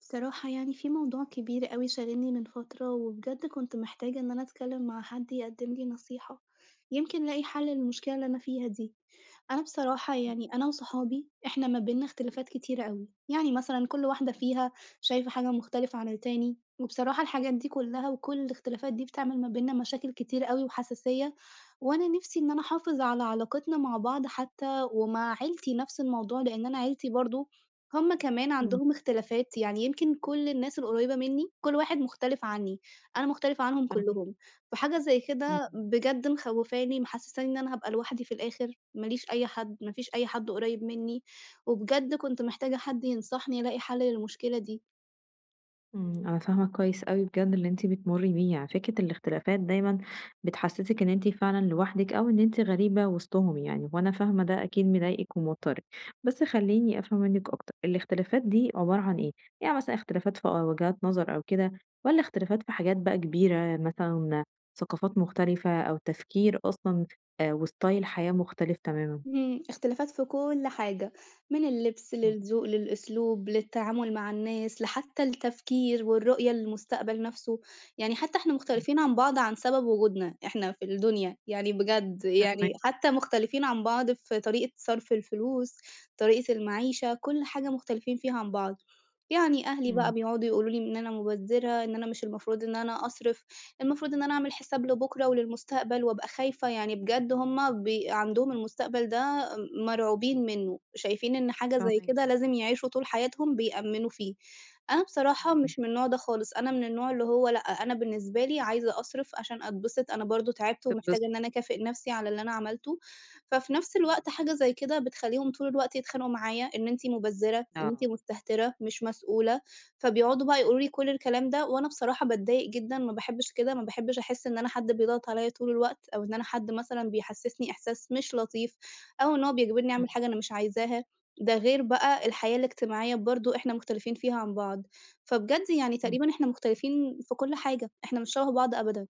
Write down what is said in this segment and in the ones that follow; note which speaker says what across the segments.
Speaker 1: بصراحة في موضوع كبير أوي شاغلني من فترة، وبجد كنت محتاجة إن أنا أتكلم مع حد يقدم لي نصيحة، يمكن ألاقي حل للمشكلة اللي أنا فيها دي. أنا بصراحة أنا وصحابي إحنا ما بيننا اختلافات كتيرة أوي، يعني مثلًا كل واحدة فيها شايفة حاجة مختلفة عن التاني، وبصراحة الحاجات دي كلها وكل الاختلافات دي بتعمل ما بيننا مشاكل كتير أوي وحساسية، وأنا نِفْسي إن أنا أحافظ على علاقتنا مع بعض حتى ومع عيلتي نَفْس الموضوع، لإن أنا عيلتي برضه هم كمان
Speaker 2: إمم.
Speaker 1: عندهم اختلافات، يعني يمكن كل الناس القريبة منّي كل واحد مختلف عني، أنا مختلفة عنهم
Speaker 2: فاهماكِ.
Speaker 1: كلّهم، فحاجة زي
Speaker 2: إمم.
Speaker 1: كده
Speaker 2: إمم.
Speaker 1: بجد مخوّفاني، محسّساني إن أنا هابقى لوحدي في الآخر. ما ليش أي حد، ما فيش أي حد قريب منّي، وبجد كنت محتاجة حد ينصحني ألاقي حل للمشكلة دي.
Speaker 2: إمم. أنا فاهمة كويس أوي بجد اللي أنتِ بتمُرّي بيه، يعني فكرة الاختلافات دايمًا بتحسّسِك إن أنتِ فعلًا لوحدِك أو إن أنتِ غريبة وسطهم يعني، وأنا فاهمة ده أكيد مضايقِك وموتّرِك، بس خلّيني أفهم منِّك أكتر، الاختلافات دي عبارة عن إيه؟ يعني مثلًا اختلافات في وجهات نظر أو كده والّا اختلافات في حاجات بقى كبيرة مثلًا ثقافات مختلفة أو تفكير أصلًا وstyle حياة مختلف تمامًا؟
Speaker 1: إمم، اختلافات في كل حاجة، من اللبس
Speaker 2: إمم.
Speaker 1: للذوق للأسلوب للتعامل مع الناس، لحتى التفكير والرؤية للمستقبل نَفْسه، يعني حتى إحنا
Speaker 2: إمم.
Speaker 1: مختلفين عن بعض عن سبب وجودنا إحنا في الدنيا، يعني بجد
Speaker 2: فاهماكِ.
Speaker 1: حتى مختلفين عن بعض في طريقة صرف الفلوس، طريقة المعيشة، كل حاجة مختلفين فيها عن بعض، يعني أهلي بقى
Speaker 2: إمم.
Speaker 1: بيقعدوا يقولوا لي إن أنا مبذرة، إن أنا مش المفروض إن أنا أصرف، المفروض إن أنا أعمل حساب لبُكرة وللمستقبل وأبقى خايفة، يعني بجد هُم عندهم المستقبل ده مرعوبين منّه، شايفين إن حاجة زي
Speaker 2: فاهماكِ.
Speaker 1: كده لازم يعيشوا طول حياتهم بيأمّنوا فيه. أنا بصراحة
Speaker 2: إمم.
Speaker 1: مش من النوع ده خالص، أنا من النوع اللي هو لأ، أنا بالنسبة لي عايزة أصرف عشان أتبسط، أنا برضه تعبت
Speaker 2: طب
Speaker 1: ومحتاجة إن
Speaker 2: بُصّي.
Speaker 1: أنا أكافئ نَفْسي على اللي أنا عملته، ففي نَفْس
Speaker 2: إمم.
Speaker 1: الوقت حاجة زي كده بتخلّيهم طول الوقت يتخانقوا معايا، إن أنتِ مُبذّرة، إن أنتِ
Speaker 2: آه.
Speaker 1: مستهترة، مش مسؤولة. فبيقعدوا بقى يقولوا لي كل الكلام ده، وأنا بصراحة باتضايق جدًا، ما باحبش كده، ما باحبش أحس إن أنا حد بيضغط عليّا طول الوقت، أو إن أنا حد مثلًا بيحسسني إحساس مش لطيف، أو إن هو بيجبرني
Speaker 2: إمم.
Speaker 1: أعمل حاجة أنا مش عايزاها، ده غير بقى الحياة الاجتماعية برضه إحنا مختلفين فيها عن بعض، فبجد يعني
Speaker 2: إمم.
Speaker 1: تقريبًا إحنا مختلفين في كل حاجة، إحنا مش شبه بعض أبدًا.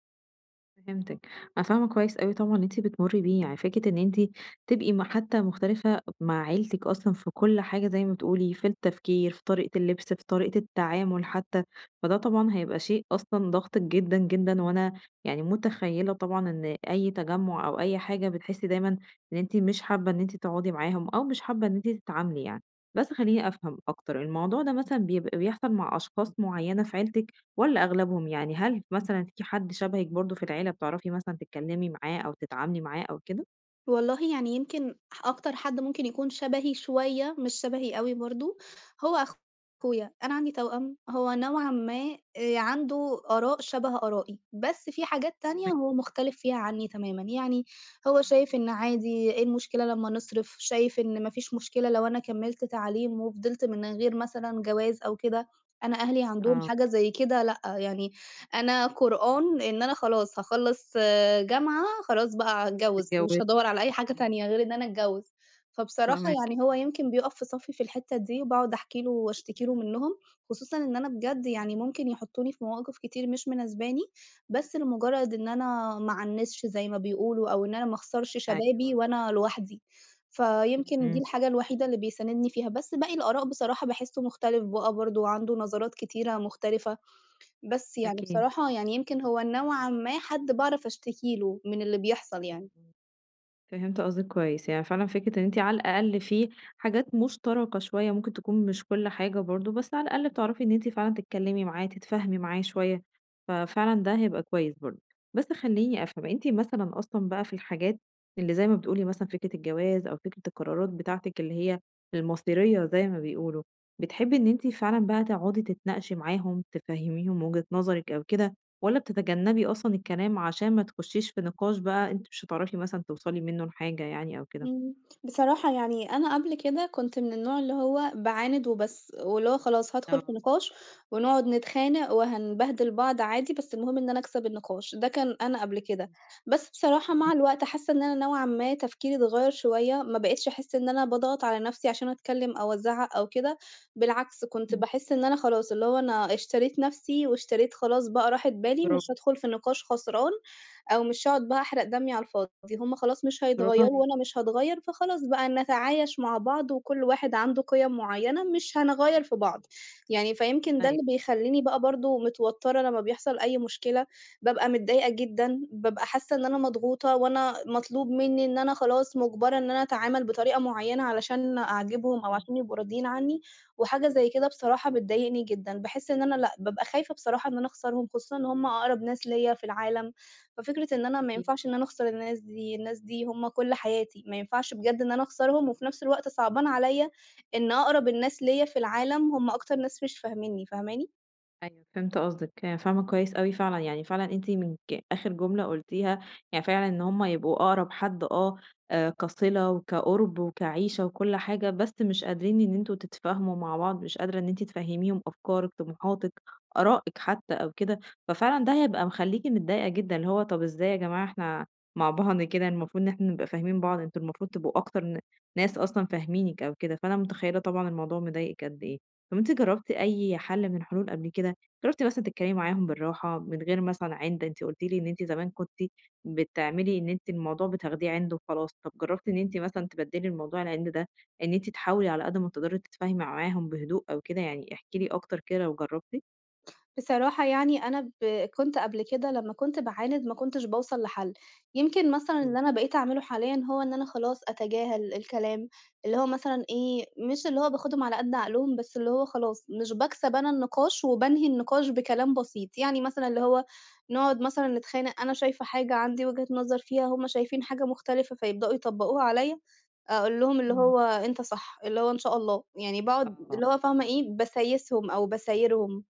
Speaker 2: فهمتِك. أنا فاهمة كويس أوي طبعًا اللي أنتِ بتمُرّي بيه، يعني فكرة إن أنتِ تبقي حتى مختلفة مع عيلتِك أصلًا في كل حاجة زي ما بتقولي، في التفكير، في طريقة اللبس، في طريقة التعامل حتى، فده طبعًا هيبقى شيء أصلًا ضاغطِك جدًا، جدًا، وأنا يعني متخيّلة طبعًا إن أي تجمُّع أو أي حاجة بتحسّي دايمًا إن أنتِ مش حابة إن أنتِ تقعدي معاهم أو مش حابة إن أنتِ تتعاملي يعني، بس خلّيني أفهم أكتر، الموضوع ده مثلًا بيبقى بيحصل مع أشخاص معيّنة في عيلتِك؟ والّا أغلبهم يعني؟ هل مثلًا في حد شبهِك برضه في العيلة بتعرفي مثلًا تتكلمي معاه أو تتعاملي معاه أو كده؟
Speaker 1: والله يعني يمكن أكتر حد ممكن يكون شبهي شوية، مش شبهي أوي برضه، هو أخويا. أنا عندي توأم،
Speaker 2: إمم.
Speaker 1: هو نوعًا ما عنده آراء شبه آرائي، بس في حاجات تانية
Speaker 2: فاهماكِ.
Speaker 1: هو مختلف فيها عني تمامًا. يعني هو
Speaker 2: إمم.
Speaker 1: شايف إن عادي إيه المشكلة لمّا نصرف، شايف إن ما فيش مشكلة لو أنا كمّلت تعليم وفضلت من غير مثلًا جواز أو كده، أنا أهلي عندهم
Speaker 2: آه.
Speaker 1: حاجة زي كده لأ، يعني أنا قرآن إن أنا خلاص هاخلّص جامعة، خلاص بقى هاتجوّز، مش
Speaker 2: تتجوزي.
Speaker 1: هادوّر على أي حاجة
Speaker 2: إمم.
Speaker 1: تانية غير إن أنا أتجوّز. فبصراحة
Speaker 2: فاهماكِ.
Speaker 1: هو يمكن بيُقف في صفّي في الحتّة دي، وباقعد أحكي له واشتكي له
Speaker 2: إمم.
Speaker 1: منّهم، خصوصًا إن أنا بجد ممكن يحطّوني في مواقف كتير مش مناسباني، بس لمجرّد إن أنا ما أعنِّسش زي ما بيقولوا، أو إن أنا ما أخسرش شبابي
Speaker 2: أيوه.
Speaker 1: وأنا لوحدي.
Speaker 2: إمم.
Speaker 1: فيمكن دي
Speaker 2: إمم.
Speaker 1: الحاجة الوحيدة اللي بيساندني فيها، بس باقي الآراء بصراحة باحسّه مختلف بقى برضه وعنده نظرات كتيرة مختلفة، بس يعني
Speaker 2: أكيد.
Speaker 1: بصراحة يعني يمكن هو نوعًا ما حد باعرف أشتكي له من اللي بيحصل يعني.
Speaker 2: إمم. إمم. فهمت قصدِك كويس، يعني فعلًا فكرة إن أنتِ على الأقل في حاجات مشتركة شوية، ممكن تكون مش كل حاجة برضه، بس على الأقل بتعرفي إن أنتِ فعلًا تتكلمي معاه، تتفاهمي معاه شوية، ففعلًا ده هيبقى كويس برضه. بس خلّيني أفهم، أنتِ مثلًا أصلًا بقى في الحاجات اللي زي ما بتقولي مثلًا فكرة الجواز أو فكرة القرارات بتاعتِك اللي هي المصيرية زي ما بيقولوا، بتحبي إن أنتِ فعلًا بقى تقعدي تتناقشي معاهم، تفهميهم وجهة نظرِك أو كده؟ والّا بتتجنبي أصلًا الكلام عشان ما تخشيش في نقاش بقى أنتِ مش هتعرفي مثلًا توصلي منه لحاجة يعني أو كده؟
Speaker 1: إمم، بصراحة يعني أنا قبل كده كنت من النوع اللي هو باعاند وبس، واللي هو خلاص هادخل في
Speaker 2: آه.
Speaker 1: نقاش ونقعد نتخانق وهنبهدل بعض عادي، بس المهم إن أنا أكسب النقاش، ده كان أنا قبل كده.
Speaker 2: فهمت.
Speaker 1: بس بصراحة مع
Speaker 2: إمم.
Speaker 1: الوقت حاسة إن أنا نوعًا ما تفكيري اتغير شوية، ما بقيتش أحس إن أنا باضغط على نفسي عشان أتكلم أو أزعق أو كده، بالعكس كنت
Speaker 2: إمم.
Speaker 1: باحس إن أنا خلاص اللي هو أنا اشتريت نفسي واشتريت خلاص بقى راحة بالي، مش
Speaker 2: برافو،
Speaker 1: هادخل في نقاش خسران أو مش هاقعد بقى أحرق دمي على الفاضي، هُم خلاص مش
Speaker 2: برافو
Speaker 1: هيتغيّروا
Speaker 2: عليكِ.
Speaker 1: وأنا مش هاتغيّر، فخلاص بقى نتعايش مع بعض وكل واحد عنده قِيَم معيّنة مش هنغيّر في
Speaker 2: إمم.
Speaker 1: بعض، يعني فيمكن ده
Speaker 2: أيوه.
Speaker 1: اللي بيخلّيني بقى برضه متوتّرة لمّا بيحصل أي مشكلة، بابقى متضايقة جدًا، بابقى حاسة إن أنا مضغوطة وأنا مطلوب منّي إن أنا خلاص مُجبرة إن أنا أتعامل بطريقة معيّنة علشان أعجبهم أو
Speaker 2: فهمت.
Speaker 1: عشان يبقوا راضيين عنّي، وحاجة زي كده بصراحة بتضايقني جدًا، باحس إن أنا لأ، بابقى خايفة بصراحة إن أنا أخسرهم، خصوصًا إن هُم أقرب ناس ليّا في العالم. ففكرة إن أنا ما
Speaker 2: أكيد.
Speaker 1: ينفعش إن أنا أخسر الناس دي، الناس دي هم كل حياتي، ما ينفعش بجد إن أنا أخسرهم، وفي نفس الوقت صعبان عليَّ إن أقرب الناس ليَّ في العالم هم أكتر ناس مش فاهمينّي، فاهماني؟
Speaker 2: أيوه فهمت قصدِك، آه، فاهمة كويس أوي فعلًا، يعني فعلًا أنتِ من ج آخر جملة قُلتيها، يعني فعلًا إن هُم يبقوا أقرب حد كصِلة وكقُرب وكعيشة وكل حاجة، بس مش قادرين إن أنتم تتفاهموا مع بعض، مش قادرة إن أنتِ تفهّميهم أفكارِك، طموحاتِك، آرائِك حتى أو كده، ففعلًا ده هيبقى مخلّيكِ متضايقة جدًا، اللي هو طَب إزاي يا جماعة إحنا مع بعض كده، المفروض إن إحنا نبقى فاهمين بعض، أنتم المفروض تبقوا أكتر ناس أصلًا فاهمينِك أو كده، فأنا متخيّلة طبعًا الموضوع مضايقِك قد إيه. طَب أنتِ جرّبتِ أي حَل من الحلول قبل كده؟ جربتِ مثلًا تتكلمي معاهم بالراحة، من غير مثلًا عِند، أنتِ قُلتِ لي إن أنتِ زمان كنتِ بتعملي إن أنتِ الموضوع بتاخديه عِند وخلاص، طب جربتِ إن أنتِ مثلًا تبدّلي الموضوع العِند ده، إن أنتِ تحاولي على قد ما تقدري تتفاهمي معاهم بهدوء أو كده، يعني احكي لي أكتر كده لو جربتِ؟
Speaker 1: بصراحة يعني أنا كنت قبل كده لمّا كنت باعاند ما كنتش باوصل لحل، يمكن مثلًا
Speaker 2: إمم.
Speaker 1: اللي أنا بقيت أعمله حاليًا هو إن أنا خلاص أتجاهل الكلام، اللي هو مثلًا إيه، مش اللي هو باخدهم على قد عقلهم، بس اللي هو خلاص مش باكسب أنا النقاش وبانهي النقاش بكلام بسيط، يعني مثلًا اللي هو نقعد مثلًا نتخانق أنا شايفة حاجة، عندي وجهة نظر فيها، هُم شايفين حاجة مختلفة فيبدأوا يطبّقوها عليَّ، أقول لهم اللي
Speaker 2: إمم.
Speaker 1: هو أنت صح، اللي هو إن شاء الله، يعني باقعد
Speaker 2: آه.
Speaker 1: اللي هو فاهمة إيه، باسايسهم أو باسايرهم.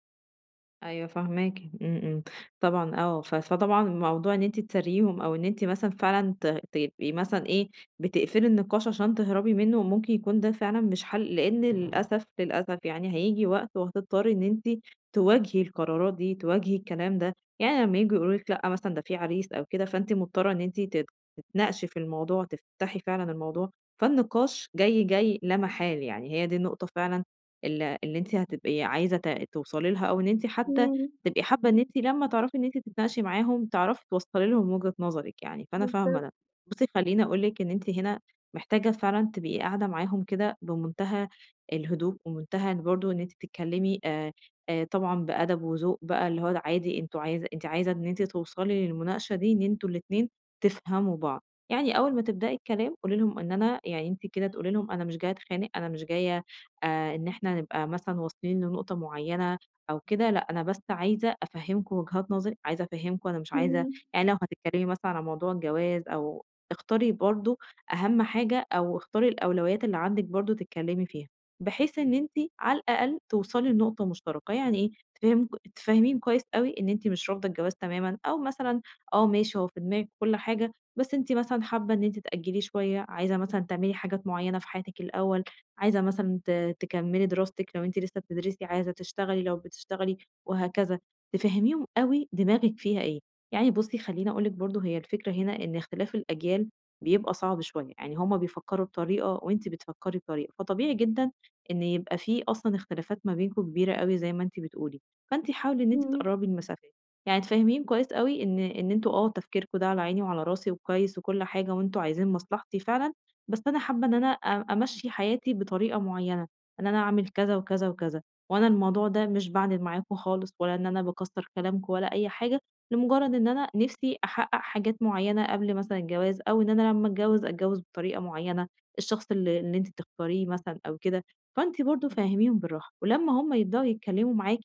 Speaker 2: أيوه فاهماكِ. إمم. إمم. طبعًا آه، فطبعًا موضوع إن أنتِ تسرّيهم أو إن أنتِ مثلًا فعلًا تبقي مثلًا إيه، بتقفلي النقاش عشان تهربي منه ممكن يكون ده فعلًا مش حل، لإن للأسف، للأسف يعني هييجي وقت وهتضطري إن أنتِ تواجهي القرارات دي، تواجهي الكلام ده، يعني لمّا ييجوا يقولوا لِك لأ مثلًا ده في عريس أو كده، فأنتِ مضطرة إن أنتِ تتناقشي في الموضوع، تفتحي فعلًا الموضوع، فالنقاش جاي، جاي لا محالة يعني، هي دي النقطة فعلًا اللي أنتِ هتبقي عايزة توصلي لها، أو إن أنتِ حتى
Speaker 1: إمم.
Speaker 2: تبقي حابة إن أنتِ لمّا تعرفي إن أنتِ تتناقشي معاهم، تعرفي توصّلي لهم وجهة نظرِك يعني، فأنا فاهمة
Speaker 1: بالضبط،
Speaker 2: ده. بُصّي خلّيني أقول لِك إن أنتِ هنا محتاجة فعلًا تبقي قاعدة معاهم كده بمنتهى الهدوء، ومنتهى إن برضه إن أنتِ تتكلمي طبعًا بأدب وذوق بقى، اللي هو ده عادي أنتم عايزة أنتِ عايزة إن أنتِ توصلي للمناقشة دي إن أنتم الاتنين تفهموا بعض. يعني أول ما تبدئي الكلام قولي لهم إن أنا يعني أنتِ كده تقولي لهم أنا مش جاية أتخانق، أنا مش جاية إن إحنا نبقى مثلًا واصلين لنقطة معيّنة أو كده، لأ أنا بس عايزة أفهّمكم وجهات نظري، عايزة أفهّمكم أنا مش عايزة
Speaker 1: إمم،
Speaker 2: يعني لو هتتكلّمي مثلًا عن موضوع الجواز أو اختاري برضه أهَم حاجة أو اختاري الأولويات اللي عندِك برضه تتكلّمي فيها، بحيث إن أنتِ على الأقل توصلي لنقطة مشتركة، يعني إيه، تفهّمك تفهّميهم كويس أوي إن أنتِ مش رافضة الجواز تمامًا أو مثلًا آه ماشي هو في دماغِك كل حاجة، بس أنتِ مثلًا حابّة إن أنتِ تأجّليه شوية، عايزة مثلًا تعملي حاجات معيّنة في حياتِك الأول، عايزة مثلًا تكمّلي دراستِك، لو أنتِ لسه بتدرسي عايزة تشتغلي، لو بتشتغلي وهكذا، تفهّميهم أوي دماغِك فيها إيه. يعني بُصّي خلّيني أقول لِك برضه هي الفكرة هنا إن اختلاف الأجيال بيبقى صعب شوية، يعني هُم بيفكّروا بطريقة وأنتِ بتفكّري بطريقة، فطبيعي جدًا إن يبقى في أصلًا اختلافات ما بينكم كبيرة أوي زي ما أنتِ بتقولي، فأنتِ حاولي إن أنتِ
Speaker 1: إمم،
Speaker 2: تقرّبي المسافات، يعني تفهّميهم كويس أوي إن أنتم آه تفكيركم ده على عيني وعلى راسي وكويس وكل حاجة وأنتم عايزين مصلحتي فعلًا، بس أنا حابة إن أنا أمشّي حياتي بطريقة معيّنة، إن أنا أعمل كذا وكذا وكذا، وأنا الموضوع ده مش باعند معاكم خالص، ولا إن أنا باكسّر كلامكم ولا أي حاجة، لمجرد إن أنا نِفْسي أحقق حاجات معيّنة قبل مثلًا الجواز، أو إن أنا لمّا أتجوّز، أتجوّز بطريقة معيّنة، الشخص اللي أنتِ تختاريه مثلًا أو كده، فأنتِ برضه فهّميهم بالراحة، ولمّا هُم يبدؤوا يتكلموا معاكِ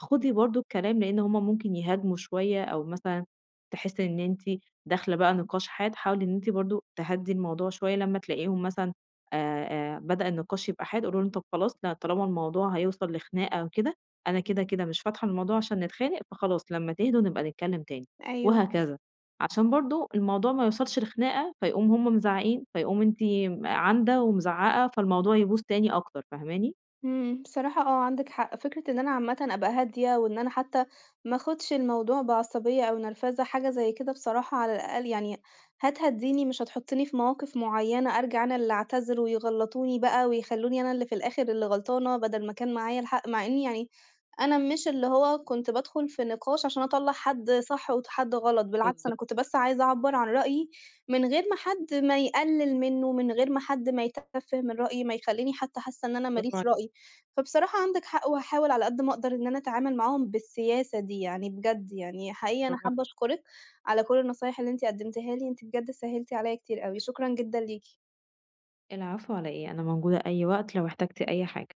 Speaker 2: خُدي برضه الكلام لإن هُم ممكن يهاجموا شوية، أو مثلًا تحسّي إن أنتِ داخلة بقى نقاش حاد، حاولي إن أنتِ برضه تهدّي الموضوع شوية لمّا تلاقيهم مثلًا آآ بدأ النقاش يبقى حاد، قولوا لهم: "طب خلاص لأ طالما الموضوع هيوصل لخناقة وكده، أنا كده، كده مش فاتحة الموضوع عشان نتخانق، فخلاص لمّا تهدوا نبقى نتكلم تاني."
Speaker 1: أيوه.
Speaker 2: وهكذا، عشان برضه الموضوع ما يوصلش لخناقة، فيقوموا هم مزعّقين، فيقوم أنتِ عاندة ومزعّقة، فالموضوع يبوظ تاني أكتر، فاهماني؟
Speaker 1: إمم، بصراحة آه، عندِك حق، فكرة إن أنا عامةً أبقى هادية، وإن أنا حتى ما آخُدش الموضوع بعصبية أو نرفزة، حاجة زي كده بصراحة على الأقل يعني هتهدّيني، مش هتحطّني في مواقف معيّنة أرجع أنا اللي أعتذر ويغلّطوني بقى ويخلّوني أنا اللي في الآخر اللي غلطانة، بدل ما كان معايا الحق، مع إني يعني أنا مش اللي هو كنت بادخُل في نقاش عشان أطلّع حد صح وحد غلط، بالعكس أنا
Speaker 2: بالضبط،
Speaker 1: كنت بس عايزة أعبّر عن رأيي من غير ما حد ما يقلِّل منّه، من غير ما حد ما يتفّه من رأيي، ما يخلّيني حتى حاسّة إن أنا ما
Speaker 2: برافو
Speaker 1: ليش
Speaker 2: عليكِ،
Speaker 1: رأي. فبصراحة عندك حق، وهاحاول على قد ما أقدر إن أنا أتعامل معاهم بالسياسة دي، يعني بجد حقيقي أنا
Speaker 2: برافو
Speaker 1: حابة
Speaker 2: عليكِ.
Speaker 1: أشكرِك على كل النصايح اللي أنتِ قدمتيها لي، أنتِ بجد سهّلتِ عليَّ كتير أوي، شكرًا جدًا ليكِ.
Speaker 2: العفو على إيه، أنا موجودة أي وقت لو احتجتِ أي حاجة.